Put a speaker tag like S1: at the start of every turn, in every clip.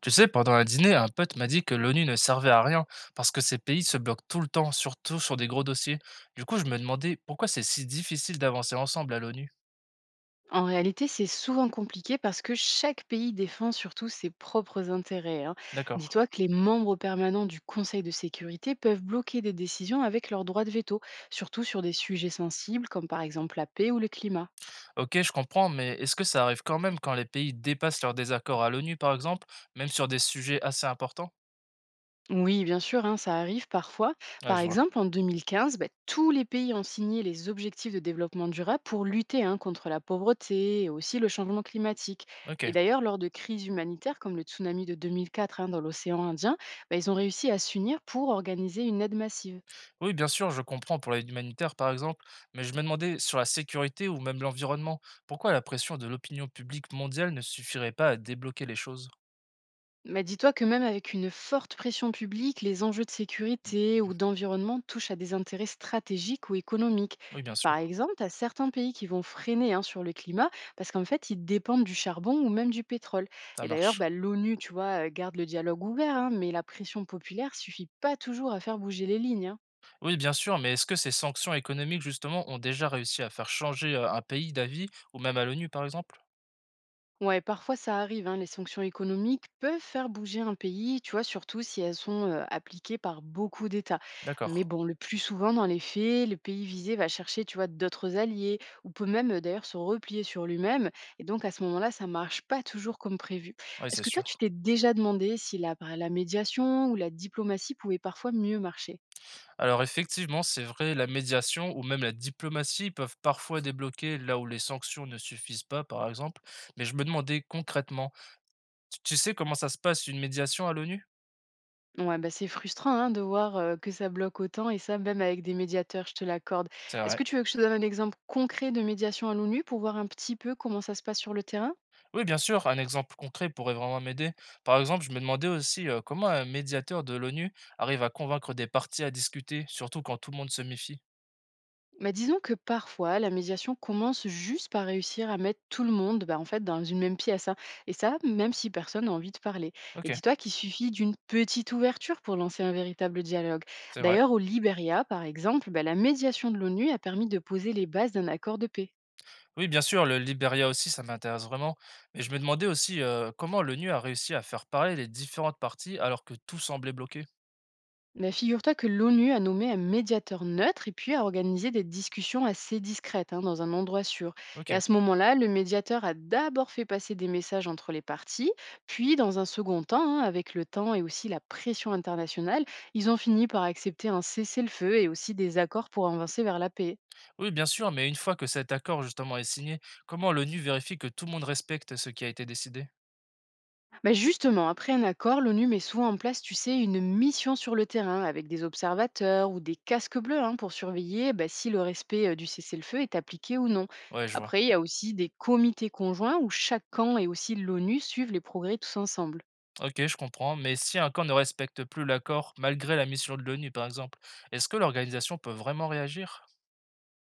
S1: Tu sais, pendant un dîner, un pote m'a dit que l'ONU ne servait à rien parce que ces pays se bloquent tout le temps, surtout sur des gros dossiers. Du coup, je me demandais pourquoi c'est si difficile d'avancer ensemble à l'ONU.
S2: En réalité, c'est souvent compliqué parce que chaque pays défend surtout ses propres intérêts, hein.
S1: D'accord.
S2: Dis-toi que les membres permanents du Conseil de sécurité peuvent bloquer des décisions avec leur droit de veto, surtout sur des sujets sensibles comme par exemple la paix ou le climat.
S1: Ok, je comprends, mais est-ce que ça arrive quand même quand les pays dépassent leurs désaccords à l'ONU, par exemple, même sur des sujets assez importants.
S2: Oui, bien sûr, hein, ça arrive parfois.
S1: Ouais,
S2: Par
S1: je vois.
S2: exemple, en 2015, ben, tous les pays ont signé les objectifs de développement durable pour lutter, hein, contre la pauvreté et aussi le changement climatique.
S1: Ok.
S2: Et d'ailleurs, lors de crises humanitaires comme le tsunami de 2004, hein, dans l'océan Indien, ben, ils ont réussi à s'unir pour organiser une aide massive.
S1: Oui, bien sûr, je comprends pour l'aide humanitaire, par exemple, mais je me demandais sur la sécurité ou même l'environnement, pourquoi la pression de l'opinion publique mondiale ne suffirait pas à débloquer les choses.
S2: Bah, dis-toi que même avec une forte pression publique, les enjeux de sécurité ou d'environnement touchent à des intérêts stratégiques ou économiques.
S1: Oui, bien sûr,
S2: Par exemple, à certains pays qui vont freiner, hein, sur le climat parce qu'en fait, ils dépendent du charbon ou même du pétrole.
S1: ça
S2: Et d'ailleurs,
S1: marche.
S2: bah, l'ONU, tu vois, garde le dialogue ouvert, hein, mais la pression populaire suffit pas toujours à faire bouger les lignes, hein.
S1: Oui, bien sûr, mais est-ce que ces sanctions économiques, justement, ont déjà réussi à faire changer un pays d'avis, ou même à l'ONU, par exemple?
S2: Ouais, parfois ça arrive, hein, les sanctions économiques peuvent faire bouger un pays, tu vois, surtout si elles sont appliquées par beaucoup d'États. Mais
S1: D'accord.
S2: bon, le plus souvent, dans les faits, le pays visé va chercher, tu vois, d'autres alliés, ou peut même d'ailleurs se replier sur lui-même. Et donc à ce moment-là, ça marche pas toujours comme prévu.
S1: Oui, c'est
S2: Est-ce que toi,
S1: sûr.
S2: tu t'es déjà demandé si la, bah, la médiation ou la diplomatie pouvait parfois mieux marcher?
S1: Alors, effectivement, c'est vrai, la médiation ou même la diplomatie peuvent parfois débloquer là où les sanctions ne suffisent pas, par exemple. Mais je me demandais concrètement, tu sais comment ça se passe une médiation à l'ONU?
S2: Ouais, bah, c'est frustrant, hein, de voir que ça bloque autant et ça même avec des médiateurs, je te l'accorde.
S1: C'est
S2: Est-ce
S1: vrai.
S2: que tu veux que je te donne un exemple concret de médiation à l'ONU pour voir un petit peu comment ça se passe sur le terrain?
S1: Oui, bien sûr, un exemple concret pourrait vraiment m'aider. Par exemple, je me demandais aussi comment un médiateur de l'ONU arrive à convaincre des parties à discuter, surtout quand tout le monde se méfie.
S2: Bah, disons que parfois, la médiation commence juste par réussir à mettre tout le monde, bah, en fait, dans une même pièce, hein. Et ça, même si personne n'a envie de parler.
S1: Ok,
S2: Et dis-toi qu'il suffit d'une petite ouverture pour lancer un véritable dialogue.
S1: c'est vrai.
S2: D'ailleurs, au Libéria, par exemple, bah, la médiation de l'ONU a permis de poser les bases d'un accord de paix.
S1: Oui, bien sûr, le Liberia aussi, ça m'intéresse vraiment. Mais je me demandais aussi comment l'ONU a réussi à faire parler les différentes parties alors que tout semblait bloqué.
S2: Mais figure-toi que l'ONU a nommé un médiateur neutre et puis a organisé des discussions assez discrètes, hein, dans un endroit sûr. Et à
S1: Ok.
S2: ce moment-là, le médiateur a d'abord fait passer des messages entre les parties, puis dans un second temps, hein, avec le temps et aussi la pression internationale, ils ont fini par accepter un cessez-le-feu et aussi des accords pour avancer vers la paix.
S1: Oui, bien sûr, mais une fois que cet accord justement est signé, comment l'ONU vérifie que tout le monde respecte ce qui a été décidé?
S2: Bah, justement, après un accord, l'ONU met souvent en place, tu sais, une mission sur le terrain avec des observateurs ou des casques bleus, hein, pour surveiller bah, si le respect du cessez-le-feu est appliqué ou non.
S1: Ouais, je vois.
S2: Après, il y a aussi des comités conjoints où chaque camp et aussi l'ONU suivent les progrès tous ensemble.
S1: Ok, je comprends. Mais si un camp ne respecte plus l'accord, malgré la mission de l'ONU, par exemple, est-ce que l'organisation peut vraiment réagir?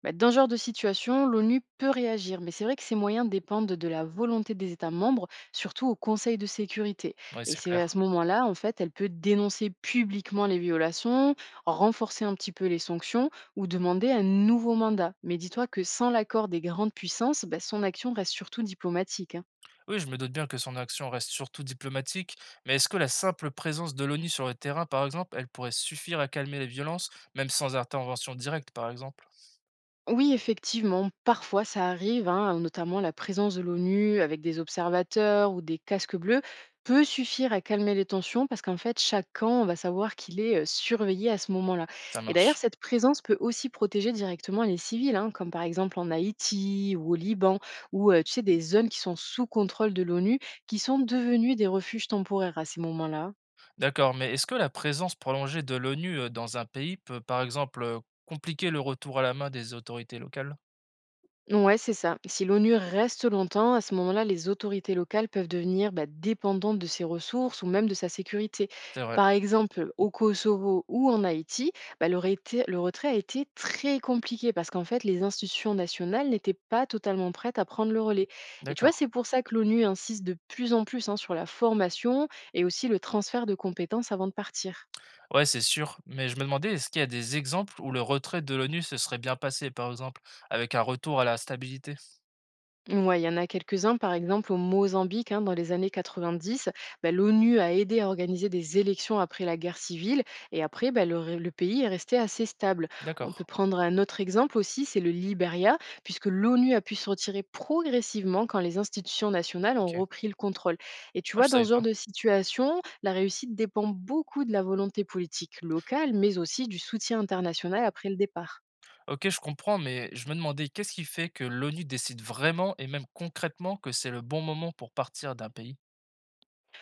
S2: Bah, dans ce genre de situation, l'ONU peut réagir, mais c'est vrai que ces moyens dépendent de la volonté des États membres, surtout au Conseil de sécurité.
S1: Ouais,
S2: Et
S1: c'est
S2: c'est à
S1: clair.
S2: ce moment-là, en fait, elle peut dénoncer publiquement les violations, renforcer un petit peu les sanctions ou demander un nouveau mandat. Mais dis-toi que sans l'accord des grandes puissances, bah, son action reste surtout diplomatique, hein.
S1: Oui, je me doute bien que son action reste surtout diplomatique, mais est-ce que la simple présence de l'ONU sur le terrain, par exemple, elle pourrait suffire à calmer les violences, même sans intervention directe, par exemple?
S2: Oui, effectivement, parfois ça arrive, hein, notamment la présence de l'ONU avec des observateurs ou des casques bleus peut suffire à calmer les tensions parce qu'en fait, chaque camp va savoir qu'il est surveillé à ce moment-là.
S1: Ça
S2: Et d'ailleurs,
S1: marche.
S2: cette présence peut aussi protéger directement les civils, hein, comme par exemple en Haïti ou au Liban, ou tu sais, des zones qui sont sous contrôle de l'ONU qui sont devenues des refuges temporaires à ces moments-là.
S1: D'accord, mais est-ce que la présence prolongée de l'ONU dans un pays peut, par exemple, compliquer le retour à la main des autorités locales?
S2: Ouais, c'est ça. Si l'ONU reste longtemps, à ce moment-là, les autorités locales peuvent devenir, bah, dépendantes de ses ressources ou même de sa sécurité.
S1: C'est vrai.
S2: Par exemple, au Kosovo ou en Haïti, bah, le retrait a été très compliqué parce qu'en fait, les institutions nationales n'étaient pas totalement prêtes à prendre le relais. Et tu vois,
S1: D'accord.
S2: c'est pour ça que l'ONU insiste de plus en plus, hein, sur la formation et aussi le transfert de compétences avant de partir.
S1: Ouais, c'est sûr. Mais je me demandais, est-ce qu'il y a des exemples où le retrait de l'ONU se serait bien passé, par exemple, avec un retour à la stabilité?
S2: Ouais, il y en a quelques-uns, par exemple au Mozambique, hein, dans les années 90, bah, l'ONU a aidé à organiser des élections après la guerre civile et après, bah, le pays est resté assez stable. On
S1: D'accord.
S2: peut prendre un autre exemple aussi, c'est le Liberia, puisque l'ONU a pu se retirer progressivement quand les institutions nationales ont
S1: Ok.
S2: repris le contrôle. Et tu
S1: Ah,
S2: vois,
S1: je
S2: dans
S1: savais
S2: ce genre
S1: pas.
S2: de situation, la réussite dépend beaucoup de la volonté politique locale, mais aussi du soutien international après le départ.
S1: OK, je comprends, mais je me demandais qu'est-ce qui fait que l'ONU décide vraiment et même concrètement que c'est le bon moment pour partir d'un pays?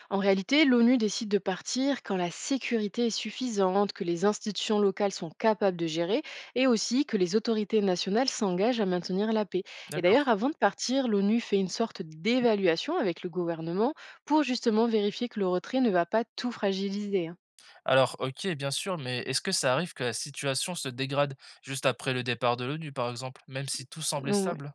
S2: En réalité, l'ONU décide de partir quand la sécurité est suffisante, que les institutions locales sont capables de gérer et aussi que les autorités nationales s'engagent à maintenir la paix. Et d'ailleurs,
S1: D'accord.
S2: avant de partir, l'ONU fait une sorte d'évaluation avec le gouvernement pour justement vérifier que le retrait ne va pas tout fragiliser, hein.
S1: Alors, OK, bien sûr, mais est-ce que ça arrive que la situation se dégrade juste après le départ de l'ONU, par exemple, même si tout semblait
S2: Donc
S1: stable?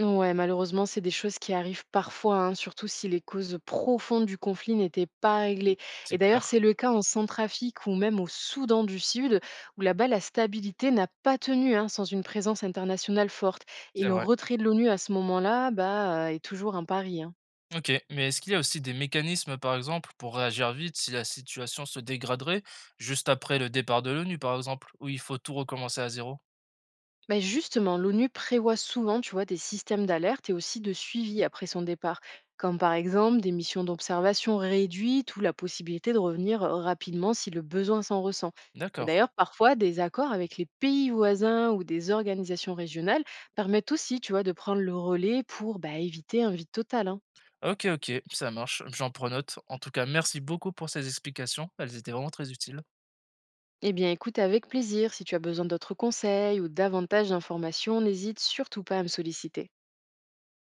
S2: ouais, malheureusement, c'est des choses qui arrivent parfois, hein, surtout si les causes profondes du conflit n'étaient pas réglées.
S1: C'est
S2: Et d'ailleurs,
S1: clair,
S2: c'est le cas en Centrafrique ou même au Soudan du Sud, où là-bas, la stabilité n'a pas tenu, hein, sans une présence internationale forte. Et
S1: c'est
S2: le
S1: vrai.
S2: retrait de l'ONU à ce moment-là, bah, est toujours un pari, hein.
S1: OK, mais est-ce qu'il y a aussi des mécanismes, par exemple, pour réagir vite si la situation se dégraderait juste après le départ de l'ONU, par exemple, où il faut tout recommencer à zéro?
S2: Ben justement, l'ONU prévoit souvent, tu vois, des systèmes d'alerte et aussi de suivi après son départ, comme par exemple des missions d'observation réduites ou la possibilité de revenir rapidement si le besoin s'en ressent. Et
S1: D'accord.
S2: d'ailleurs, parfois, des accords avec les pays voisins ou des organisations régionales permettent aussi, tu vois, de prendre le relais pour, bah, éviter un vide total, hein.
S1: OK, OK, ça marche, j'en prends note. En tout cas, merci beaucoup pour ces explications, elles étaient vraiment très utiles.
S2: Eh bien, écoute, avec plaisir. Si tu as besoin d'autres conseils ou davantage d'informations, n'hésite surtout pas à me solliciter.